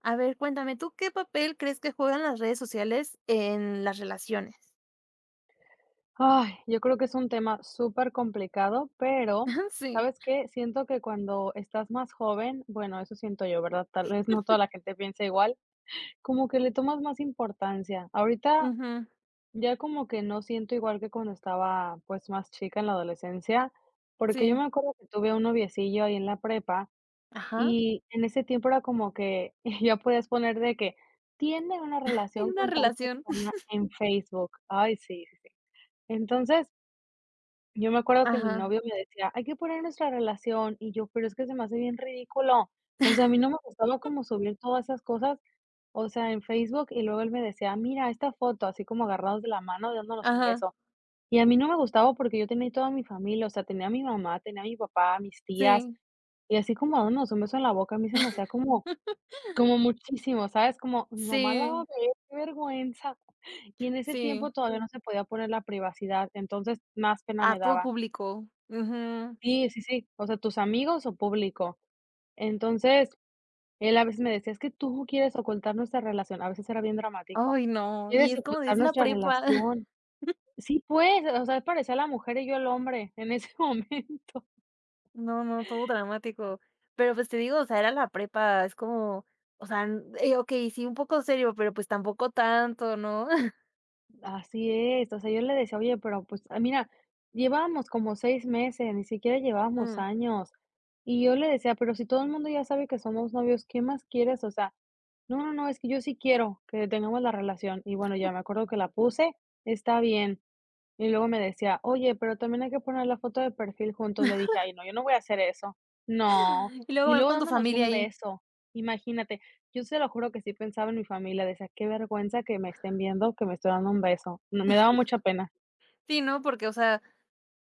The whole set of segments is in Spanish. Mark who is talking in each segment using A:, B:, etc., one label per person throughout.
A: A ver, cuéntame, ¿tú qué papel crees que juegan las redes sociales en las relaciones?
B: Ay, yo creo que es un tema súper complicado, pero
A: Sí,
B: ¿sabes qué? Siento que cuando estás más joven, bueno, eso siento yo, ¿verdad? Tal vez no toda la gente piensa igual, como que le tomas más importancia. Ahorita
A: ujú,
B: ya como que no siento igual que cuando estaba pues más chica en la adolescencia, porque yo me
A: sí,
B: acuerdo que tuve un noviecillo ahí en la prepa
A: ajá,
B: y en ese tiempo era como que ya podías poner de que tiene una
A: en
B: relación
A: una
B: con tal
A: relación.
B: persona en Facebook. Ay, sí, sí, sí. Entonces, yo me acuerdo que mi
A: Ajá,
B: novio me decía: "Hay que poner nuestra relación", y yo: "Pero es que se me hace bien ridículo". O sea, a mí no me gustaba como subir todas esas cosas, o sea, en Facebook, y luego él me decía: "Mira esta foto", así como agarrados de la mano, dándonos un
A: ajá,
B: beso. Y a mí no me gustaba porque yo tenía toda mi familia, o sea, tenía a mi mamá, tenía a mi papá, a mis tías,
A: sí.
B: y así como dándonos un beso en la boca, a mí se me hacía como como muchísimo, ¿sabes? Como mi mamá la va a
A: Sí,
B: ver, qué vergüenza. Y en ese tiempo
A: sí,
B: todavía no se podía poner la privacidad, entonces más pena
A: a
B: me
A: todo
B: daba.
A: público. Ujú.
B: Sí, sí, sí, o sea, tus amigos o público. Entonces, él a veces me decía: "Es que tú quieres ocultar nuestra relación", a veces era bien dramático.
A: Ay, no, y
B: "Quieres
A: es como de,
B: ocultar
A: es la
B: nuestra
A: prepa.
B: relación". Sí, pues, o sea, él parecía la mujer y yo el hombre en ese momento.
A: No, no, todo dramático. Pero pues te digo, o sea, era la prepa, es como, o sea, ok, sí, un poco serio, pero pues tampoco tanto, ¿no?
B: Así es, o sea, yo le decía: "Oye, pero, pues, ah, mira, llevábamos como 6 meses, ni siquiera llevábamos
A: Mm.
B: años". Y yo le decía: "Pero si todo el mundo ya sabe que somos novios, ¿qué más quieres?". O sea, no, no, no, es que yo sí quiero que tengamos la relación. Y bueno, ya me acuerdo que la puse, está bien. Y luego me decía: "Oye, pero también hay que poner la foto de perfil juntos". Le dije: "Ay, no, yo no voy a hacer eso". No.
A: Y luego
B: Y
A: vas
B: luego
A: con tu
B: dándonos
A: familia
B: un
A: ahí.
B: beso. Imagínate, yo se lo juro que sí pensaba en mi familia, decía: "Qué vergüenza que me estén viendo que me estoy dando un beso". No, me daba mucha pena.
A: Sí, ¿no? Porque, o sea,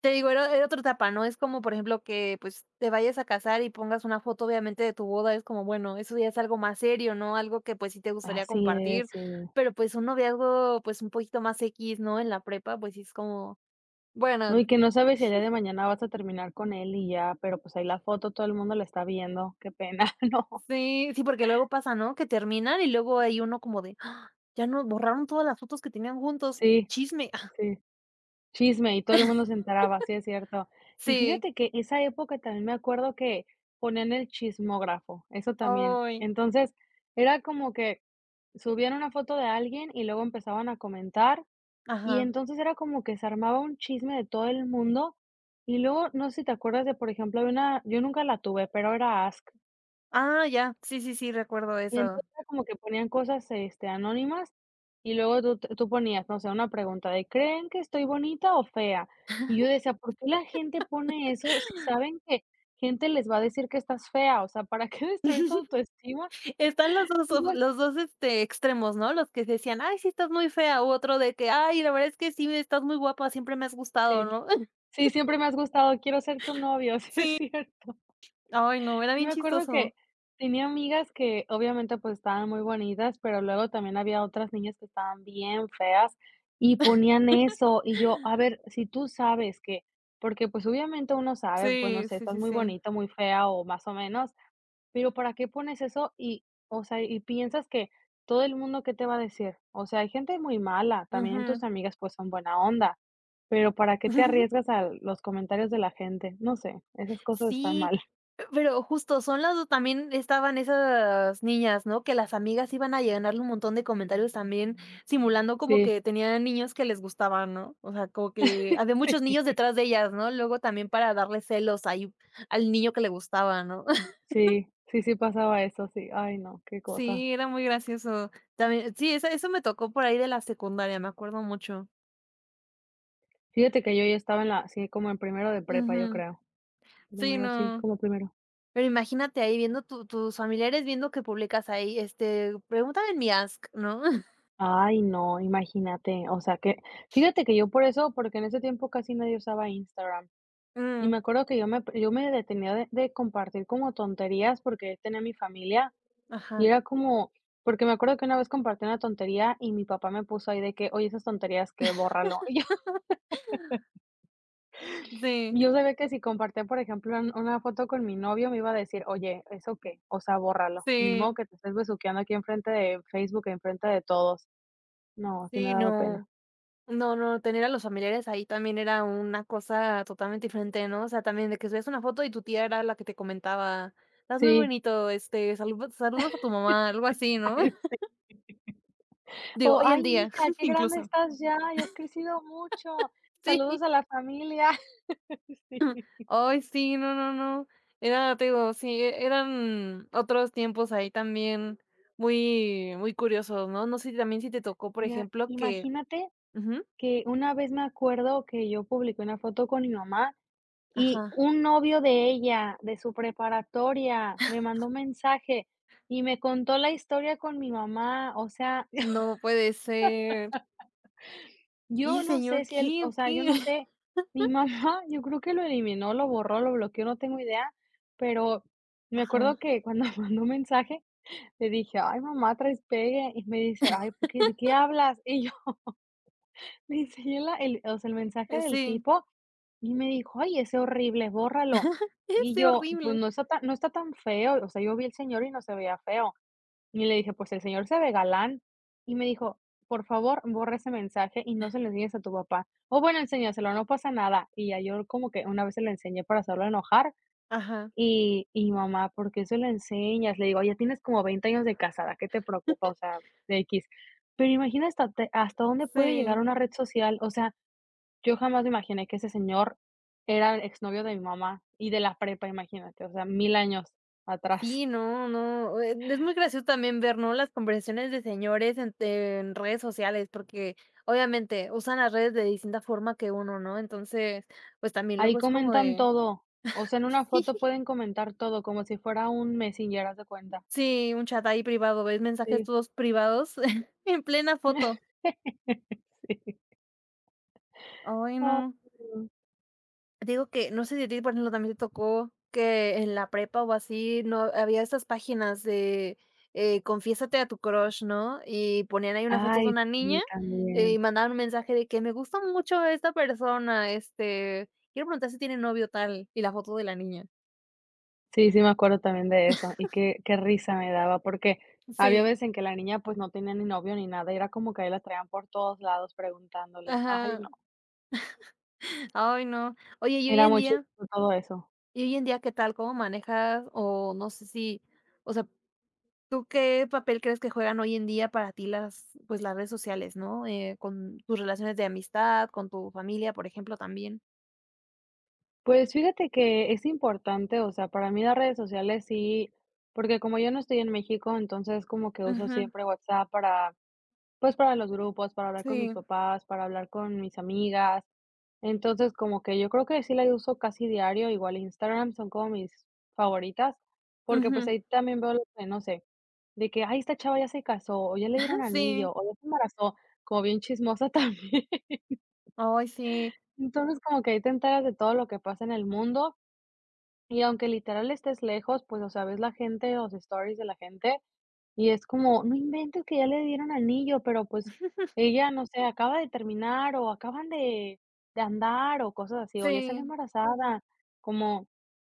A: te digo, era otra etapa, ¿no? Es como, por ejemplo, que, pues, te vayas a casar y pongas una foto, obviamente, de tu boda, es como, bueno, eso ya es algo más serio, ¿no? Algo que, pues, sí te gustaría
B: Así es,
A: compartir,
B: sí.
A: pero, pues, un noviazgo, pues, un poquito más x, ¿no? En la prepa, pues, sí es como, bueno,
B: No, y que no sabes si el día de mañana vas a terminar con él y ya, pero, pues, ahí la foto todo el mundo la está viendo. Qué pena, no.
A: sí, sí, porque luego pasa, ¿no? Que terminan y luego hay uno como de: "¡Ah!, ya no borraron todas las fotos que tenían juntos,
B: Sí,
A: chisme".
B: sí. Chisme, y todo el mundo se enteraba, sí es cierto. Y
A: Sí,
B: fíjate que esa época también me acuerdo que ponían el chismógrafo, eso también.
A: ay,
B: Entonces, era como que subían una foto de alguien y luego empezaban a comentar, y
A: ajá.
B: entonces era como que se armaba un chisme de todo el mundo. Y luego, no sé si te acuerdas de, por ejemplo, de una yo nunca la tuve, pero era Ask.
A: Ah, ya, sí, sí, sí, recuerdo
B: Y
A: eso.
B: entonces era como que ponían cosas, este, anónimas, y luego tú ponías, no sé, una pregunta de: "¿Creen que estoy bonita o fea?". Y yo decía: "¿Por qué la gente pone eso si saben que gente les va a decir que estás fea? O sea, ¿para qué destruir tu autoestima?".
A: Están
B: Igual
A: los 2 extremos, ¿no? Los que decían: "Ay, sí, estás muy fea", u otro de que: "Ay, la verdad es que sí, estás muy guapa, siempre me has gustado",
B: sí,
A: ¿no?
B: sí, siempre me has gustado, quiero ser tu novio, sí es
A: Sí.
B: cierto.
A: Ay, no, era
B: Yo
A: bien
B: me acuerdo
A: chistoso.
B: que tenía amigas que obviamente, pues, estaban muy bonitas, pero luego también había otras niñas que estaban bien feas y ponían eso, y yo, a ver, si tú sabes que porque, pues, obviamente uno sabe, pues, no
A: Sí,
B: sé,
A: sí,
B: estás
A: sí,
B: muy
A: sí.
B: bonita, muy fea o más o menos, pero ¿para qué pones eso? Y, o sea, y piensas que todo el mundo, ¿qué te va a decir? O sea, hay gente muy mala, también
A: Ujú.
B: tus amigas, pues, son buena onda, pero ¿para qué te arriesgas a los comentarios de la gente? No sé, esas cosas están
A: Sí,
B: mal.
A: pero justo son las 2 también estaban esas niñas, ¿no? Que las amigas iban a llenarle un montón de comentarios también, simulando como
B: Sí.
A: que tenían niños que les gustaban, ¿no? O sea, como que había
B: Sí,
A: muchos niños detrás de ellas, ¿no? Luego también para darle celos ahí al niño que le gustaba, ¿no?
B: sí, sí, sí pasaba eso, sí. Ay, no, qué cosas.
A: Sí, era muy gracioso. También sí, eso me tocó por ahí de la secundaria, me acuerdo mucho.
B: Fíjate que yo ya estaba en la sí, como en primero de prepa, yo
A: Ujú.
B: creo.
A: Sí,
B: Primero, sí,
A: no.
B: como primero.
A: Pero imagínate ahí viendo tu tus familiares viendo que publicas ahí, pregúntame en mi Ask, ¿no?
B: Ay, no, imagínate, o sea que fíjate que yo por eso, porque en ese tiempo casi nadie usaba Instagram, y
A: Mm,
B: me acuerdo que yo me detenía de compartir como tonterías, porque tenía mi familia, y
A: ajá.
B: era como porque me acuerdo que una vez compartí una tontería y mi papá me puso ahí de que: "Oye, esas tonterías que bórralo".
A: Sí,
B: Yo sabía que si compartía, por ejemplo, un una foto con mi novio, me iba a decir: "Oye, ¿eso qué? O sea, bórralo. Ni modo
A: sí,
B: que te estés besuqueando aquí enfrente de Facebook, enfrente de todos". No, sí me
A: sí,
B: daba pena.
A: no. No, no, tener a los familiares ahí también era una cosa totalmente diferente, ¿no? O sea, también de que subías una foto y tu tía era la que te comentaba: "Estás muy
B: Sí.
A: bonito, este, saludos a tu mamá", algo así, ¿no?
B: Ay, sí.
A: Digo,
B: O:
A: hoy en
B: "Ay,
A: día,
B: mija, qué grande
A: incluso.
B: estás ya, ya has crecido mucho. Saludos
A: Sí.
B: a la familia". Sí.
A: Ay, sí, no, no, no. Era, te digo, sí, eran otros tiempos ahí también muy curiosos, ¿no? No sé, también si te tocó, por
B: Mira,
A: ejemplo, que
B: imagínate
A: ujú,
B: que una vez me acuerdo que yo publiqué una foto con mi mamá y
A: ajá.
B: un novio de ella, de su preparatoria, me mandó un mensaje y me contó la historia con mi mamá. O sea,
A: No puede ser.
B: yo
A: ¿Y
B: no sé
A: señor
B: si él,
A: qué
B: o
A: o
B: sea,
A: qué?
B: yo no sé, mi mamá, yo creo que lo eliminó, lo borró, lo bloqueó, no tengo idea, pero me
A: Ajá,
B: acuerdo que cuando mandó un mensaje le dije: "Ay, mamá, traes pegue", y me dice: "Ay, ¿por qué? ¿De qué hablas?". Y yo le enseñé la el o sea, el mensaje del
A: sí.
B: tipo, y me dijo: "Ay, ese horrible, bórralo". Y
A: Es
B: yo: "Pues
A: horrible.
B: no está tan feo". O sea, yo vi el señor y no se veía feo. Y le dije: "Pues el señor se ve galán". Y me dijo: "Por favor, borra ese mensaje y no se lo enseñes a tu papá". O bueno, enséñaselo, no pasa nada. Y ya yo como que una vez se lo enseñé para hacerlo enojar,
A: Ajá,
B: y mamá: "¿Por qué se lo enseñas?". Le digo: "Ya tienes como 20 años de casada, ¿qué te preocupa?". O sea, de x. Pero imagina hasta dónde puede llegar
A: sí.
B: una red social. O sea, yo jamás me imaginé que ese señor era el exnovio de mi mamá y de la prepa, imagínate, o sea, mil años atrás.
A: Sí, no, no, es muy gracioso también ver, ¿no?, las conversaciones de señores en redes sociales, porque obviamente usan las redes de distinta forma que uno, ¿no? Entonces, pues también
B: Ahí
A: luego es como
B: comentan
A: de
B: todo, o sea, en una foto pueden comentar todo, como si fuera un Messenger, haz de cuenta.
A: sí, un chat ahí privado, ves mensajes
B: Sí.
A: todos privados en plena foto.
B: Sí.
A: Ay,
B: Ay,
A: no.
B: no.
A: Digo que, no sé si a ti, por ejemplo, también te tocó que en la prepa o así, no había estas páginas de, confiésate a tu crush, ¿no? Y ponían ahí una foto de
B: Ay,
A: una
B: sí,
A: niña,
B: también.
A: y mandaban un mensaje de que me gusta mucho esta persona, quiero preguntar si tiene novio tal, y la foto de la niña.
B: Sí, sí, me acuerdo también de eso, y qué risa me daba, porque había
A: Sí,
B: veces en que la niña, pues, no tenía ni novio ni nada, y era como que ahí la traían por todos lados preguntándole. Ay,
A: ajá.
B: no,
A: Ay, no. Oye,
B: era muy chistoso todo eso.
A: y hoy en día, ¿qué tal? ¿Cómo manejas? O no sé si, o sea, ¿tú qué papel crees que juegan hoy en día para ti las, pues, las redes sociales, ¿no? Con tus relaciones de amistad, con tu familia, por ejemplo, también.
B: Pues fíjate que es importante, o sea, para mí las redes sociales sí, porque como yo no estoy en México, entonces como que uso
A: Ujú,
B: siempre WhatsApp para, pues para los grupos, para hablar con mis
A: sí,
B: papás, para hablar con mis amigas. Entonces como que yo creo que sí la uso casi diario, igual Instagram son como mis favoritas, porque pues
A: ujú,
B: ahí también veo lo que, no sé, de que, ay, esta chava ya se casó, o ya le dieron
A: sí,
B: anillo, o ya se embarazó, como bien chismosa también.
A: ay, sí,
B: Entonces como que ahí te enteras de todo lo que pasa en el mundo. Y aunque literal estés lejos, pues, o sea, ves la gente, los stories de la gente, y es como: "No inventes que ya le dieron anillo", pero, pues, ella, no sé, acaba de terminar, o acaban de andar, o cosas así, o ya salió
A: sí.
B: embarazada, como,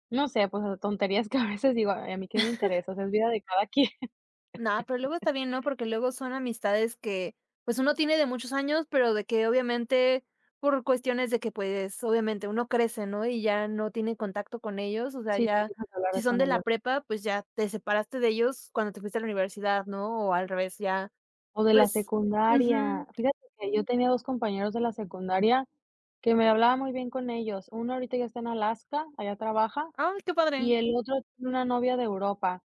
B: no sé, pues, tonterías que a veces digo: "Ay, ¿a mí qué me interesa?". O sea, es vida de cada quien.
A: Nada, pero luego está bien, ¿no? Porque luego son amistades que, pues, uno tiene de muchos años, pero de que obviamente por cuestiones de que, pues, obviamente uno crece, ¿no? Y ya no tiene contacto con ellos, o sea,
B: Sí,
A: ya
B: tienes que
A: si
B: hablar
A: son
B: con
A: de la
B: ellos.
A: prepa, pues ya te separaste de ellos cuando te fuiste a la universidad, ¿no? O al revés, ya
B: O de la
A: pues ujú.
B: secundaria. Fíjate que yo tenía 2 compañeros de la secundaria que me hablaba muy bien con ellos. Uno ahorita ya está en Alaska, allá trabaja,
A: Ay, qué
B: y
A: padre.
B: el otro tiene una novia de Europa.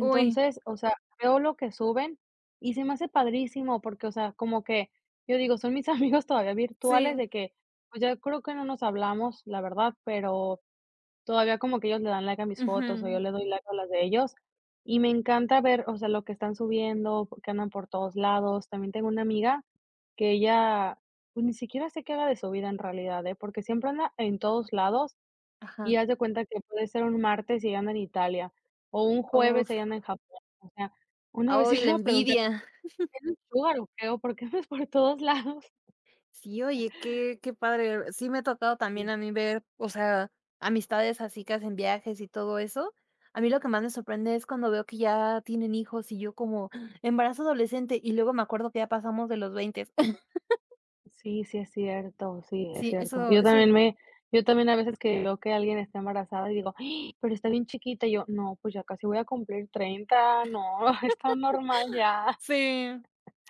A: Uy,
B: o sea, veo lo que suben y se me hace padrísimo porque, o sea, como que yo digo, son mis amigos todavía virtuales
A: sí.
B: de que, pues, ya creo que no nos hablamos, la verdad, pero todavía como que ellos le dan like a mis fotos o
A: Ujú.
B: yo le doy like a las de ellos. Y me encanta ver, o sea, lo que están subiendo, que andan por todos lados. También tengo una amiga que ella, pues, ni siquiera sé qué haga de su vida en realidad, ¿eh? Porque siempre anda en todos lados
A: Ajá.
B: y haz de cuenta que puede ser un martes y ella anda en Italia, o un jueves y
A: Uf.
B: ella anda en Japón. O sea, una vez sí
A: Ay,
B: le
A: la
B: iba a preguntar:
A: envidia.
B: "¿Eres sugar o qué? ¿O por qué andas por todos lados?".
A: Sí, oye, qué padre. Sí me ha tocado
B: Sí,
A: también a mí ver, o sea, amistades así que hacen viajes y todo eso. A mí lo que más me sorprende es cuando veo que ya tienen hijos y yo como ¡ah! Embarazo adolescente y luego me acuerdo que ya pasamos de los 20.
B: sí, sí es cierto, sí, es
A: Sí,
B: cierto.
A: eso eso
B: Yo también a veces que veo que alguien está embarazada y digo: "Ay, pero está bien chiquita", y yo: "No, pues ya casi voy a cumplir 30, no, está normal ya".
A: Sí.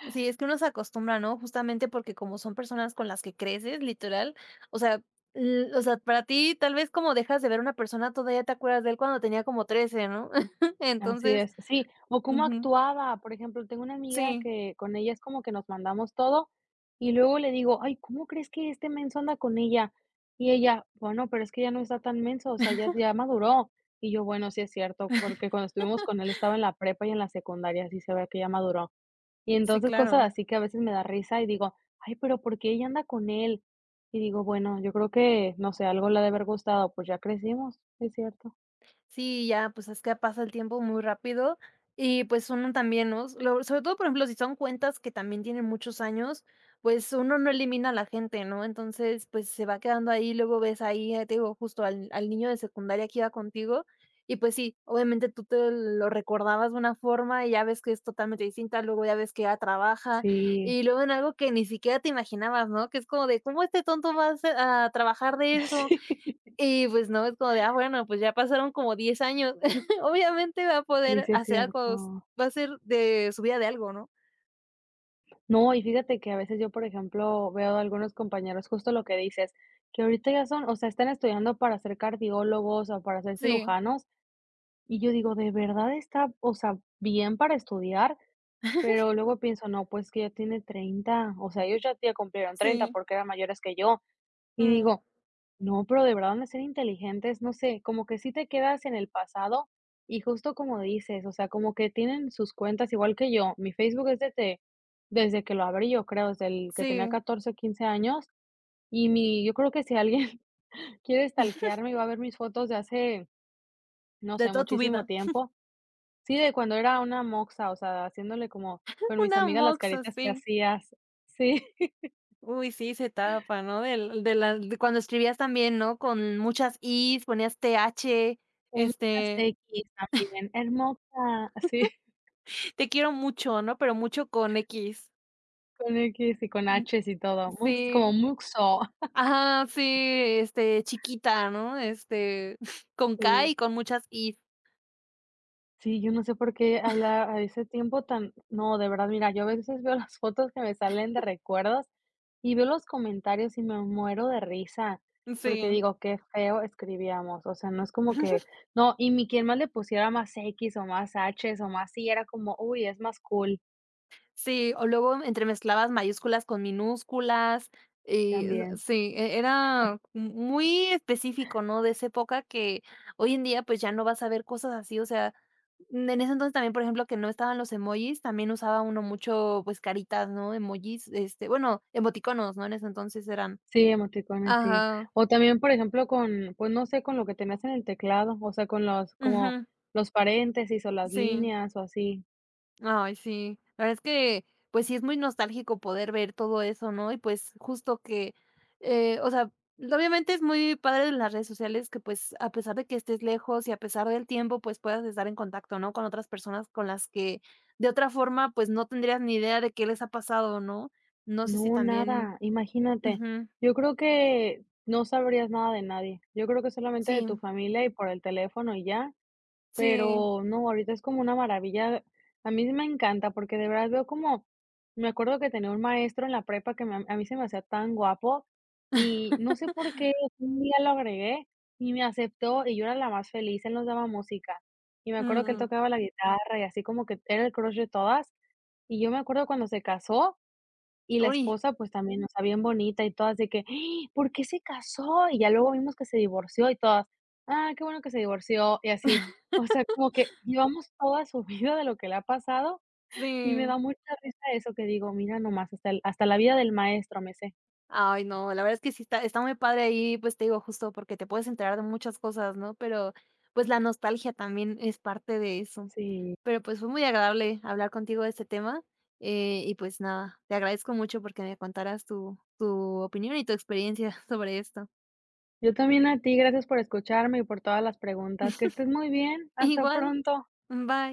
A: Sí, es que uno se acostumbra, ¿no? Justamente porque como son personas con las que creces, literal, o sea, l o sea, para ti, tal vez como dejas de ver a una persona, todavía te acuerdas de él cuando tenía como 13, ¿no?
B: Así
A: Entonces
B: es, sí, o cómo
A: ujú.
B: actuaba. Por ejemplo, tengo una amiga
A: Sí,
B: que con ella es como que nos mandamos todo, y luego le digo: "Ay, ¿cómo crees que este menso anda con ella?". Y ella: "Bueno, pero es que ya no está tan menso, o sea, ya maduró". Y yo: "Bueno, sí es cierto", porque cuando estuvimos con él estaba en la prepa y en la secundaria, así se ve que ya maduró. Y
A: sí,
B: entonces cosas
A: claro.
B: así que a veces me da risa y digo: "Ay, pero ¿por qué ella anda con él?". Y digo: "Bueno, yo creo que, no sé, algo le ha de haber gustado, pues ya crecimos". Es cierto.
A: Sí, ya, pues, es que pasa el tiempo muy rápido y, pues, uno también, ¿no? Lo Sobre todo, por ejemplo, si son cuentas que también tienen muchos años, pues, uno no elimina a la gente, ¿no? Entonces, pues, se va quedando ahí, luego ves ahí, te digo, justo al niño de secundaria que iba contigo y, pues sí, obviamente tú te lo recordabas de una forma y ya ves que es totalmente distinta, luego ya ves que ya trabaja
B: Sí,
A: y luego en algo que ni siquiera te imaginabas, ¿no? Que es como de, ¿cómo este tonto va a hace a trabajar de eso?
B: sí.
A: Y pues no, es como de, ah, bueno, pues ya pasaron como 10 años. Obviamente va a
B: Sí,
A: poder
B: sí es
A: hacer algo, s
B: cierto.
A: va a ser de su vida de algo, ¿no?
B: No, y fíjate que a veces yo, por ejemplo, veo a algunos compañeros, justo lo que dices, que ahorita ya son, o sea, están estudiando para ser cardiólogos o para ser
A: Sí,
B: cirujanos, y yo digo, de verdad está, o sea, bien para estudiar, pero luego pienso, no, pues que ya tiene 30, o sea, ellos ya cumplieron 30
A: sí,
B: porque eran mayores que yo, y
A: mm,
B: digo, no, pero de verdad han de ser inteligentes, no sé, como que sí te quedas en el pasado y justo como dices, o sea, como que tienen sus cuentas igual que yo. Mi Facebook es desde que lo abrí, yo creo, desde el que tenía
A: sí,
B: 14, 15 años. Y mi, yo creo que si alguien quiere stalkearme y va a ver mis fotos de hace, no
A: de
B: sé,
A: toda tu
B: muchísimo
A: vida.
B: tiempo. Sí, de cuando era una moxa, o sea, haciéndole como con mis
A: Una
B: amigas las
A: mox
B: caritas que
A: así.
B: hacías. Sí,
A: Uy, sí, se tapa, ¿no? Del De la de cuando escribías también, ¿no? Con muchas is, ponías th,
B: un
A: este,
B: X también, hermosa, sí.
A: te quiero mucho, ¿no? Pero mucho con x.
B: Con x y con
A: Mm,
B: h's y todo, mux como
A: sí.
B: muxo.
A: Ajá, sí, chiquita, ¿no? Este, con k
B: Sí,
A: y con muchas is.
B: sí, yo no sé por qué habla a ese tiempo tan no, de verdad, mira, yo a veces veo las fotos que me salen de recuerdos y veo los comentarios y me muero de risa, porque
A: Sí.
B: digo: "Qué feo escribíamos", o sea, no es como que no, y ni quien más le pusiera más x o más h's o más y, era como, uy, es más cool
A: Sí, o luego entremezclabas mayúsculas con minúsculas, y,
B: también.
A: sí, era muy específico, ¿no?, de esa época que hoy en día, pues, ya no vas a ver cosas así, o sea, en ese entonces también, por ejemplo, que no estaban los emojis, también usaba uno mucho, pues, caritas, ¿no?, emojis, este, bueno, emoticonos, ¿no?, en ese entonces eran.
B: Sí, emoticones, sí.
A: Ajá.
B: O también, por ejemplo, con, pues, no sé, con lo que tenías en el teclado, o sea, con los como
A: Ujú.
B: los paréntesis o las
A: Sí.
B: líneas o así.
A: Ay, sí. La verdad es que, pues sí es muy nostálgico poder ver todo eso, ¿no? Y pues justo que, o sea, obviamente es muy padre en las redes sociales que pues a pesar de que estés lejos y a pesar del tiempo, pues puedas estar en contacto, ¿no? Con otras personas con las que de otra forma, pues no tendrías ni idea de qué les ha pasado, ¿no? No sé si
B: No,
A: también.
B: nada, imagínate.
A: Ujú.
B: Yo creo que no sabrías nada de nadie. Yo creo que solamente de tu
A: Sí,
B: familia y por el teléfono y ya.
A: sí.
B: Pero no, ahorita es como una maravilla. A mí sí me encanta porque de verdad veo como me acuerdo que tenía un maestro en la prepa que me a mí se me hacía tan guapo y no sé por qué un día lo agregué y me aceptó y yo era la más feliz, él nos daba música. Y me acuerdo que él
A: Mm.
B: tocaba la guitarra y así como que era el crush de todas. Y yo me acuerdo cuando se casó, y la
A: Uy,
B: esposa, pues también, o sea, bien bonita y todas de que: "Ah, ¿por qué se casó?". Y ya luego vimos que se divorció y todas: "Ah, qué bueno que se divorció", y así. O sea, como que llevamos toda su vida de lo que le ha pasado, y me
A: sí.
B: da mucha risa eso que digo: "Mira nomás, hasta la vida del maestro me sé".
A: Ay, no, la verdad es que sí está muy padre ahí, pues, te digo, justo porque te puedes enterar de muchas cosas, ¿no? Pero, pues, la nostalgia también es parte de eso.
B: Sí.
A: Pero, pues, fue muy agradable hablar contigo de este tema, y, pues, nada, te agradezco mucho porque me contaras tu opinión y tu experiencia sobre esto.
B: Yo también a ti, gracias por escucharme y por todas las preguntas. Que estés muy bien. Hasta
A: Igual,
B: pronto.
A: bye.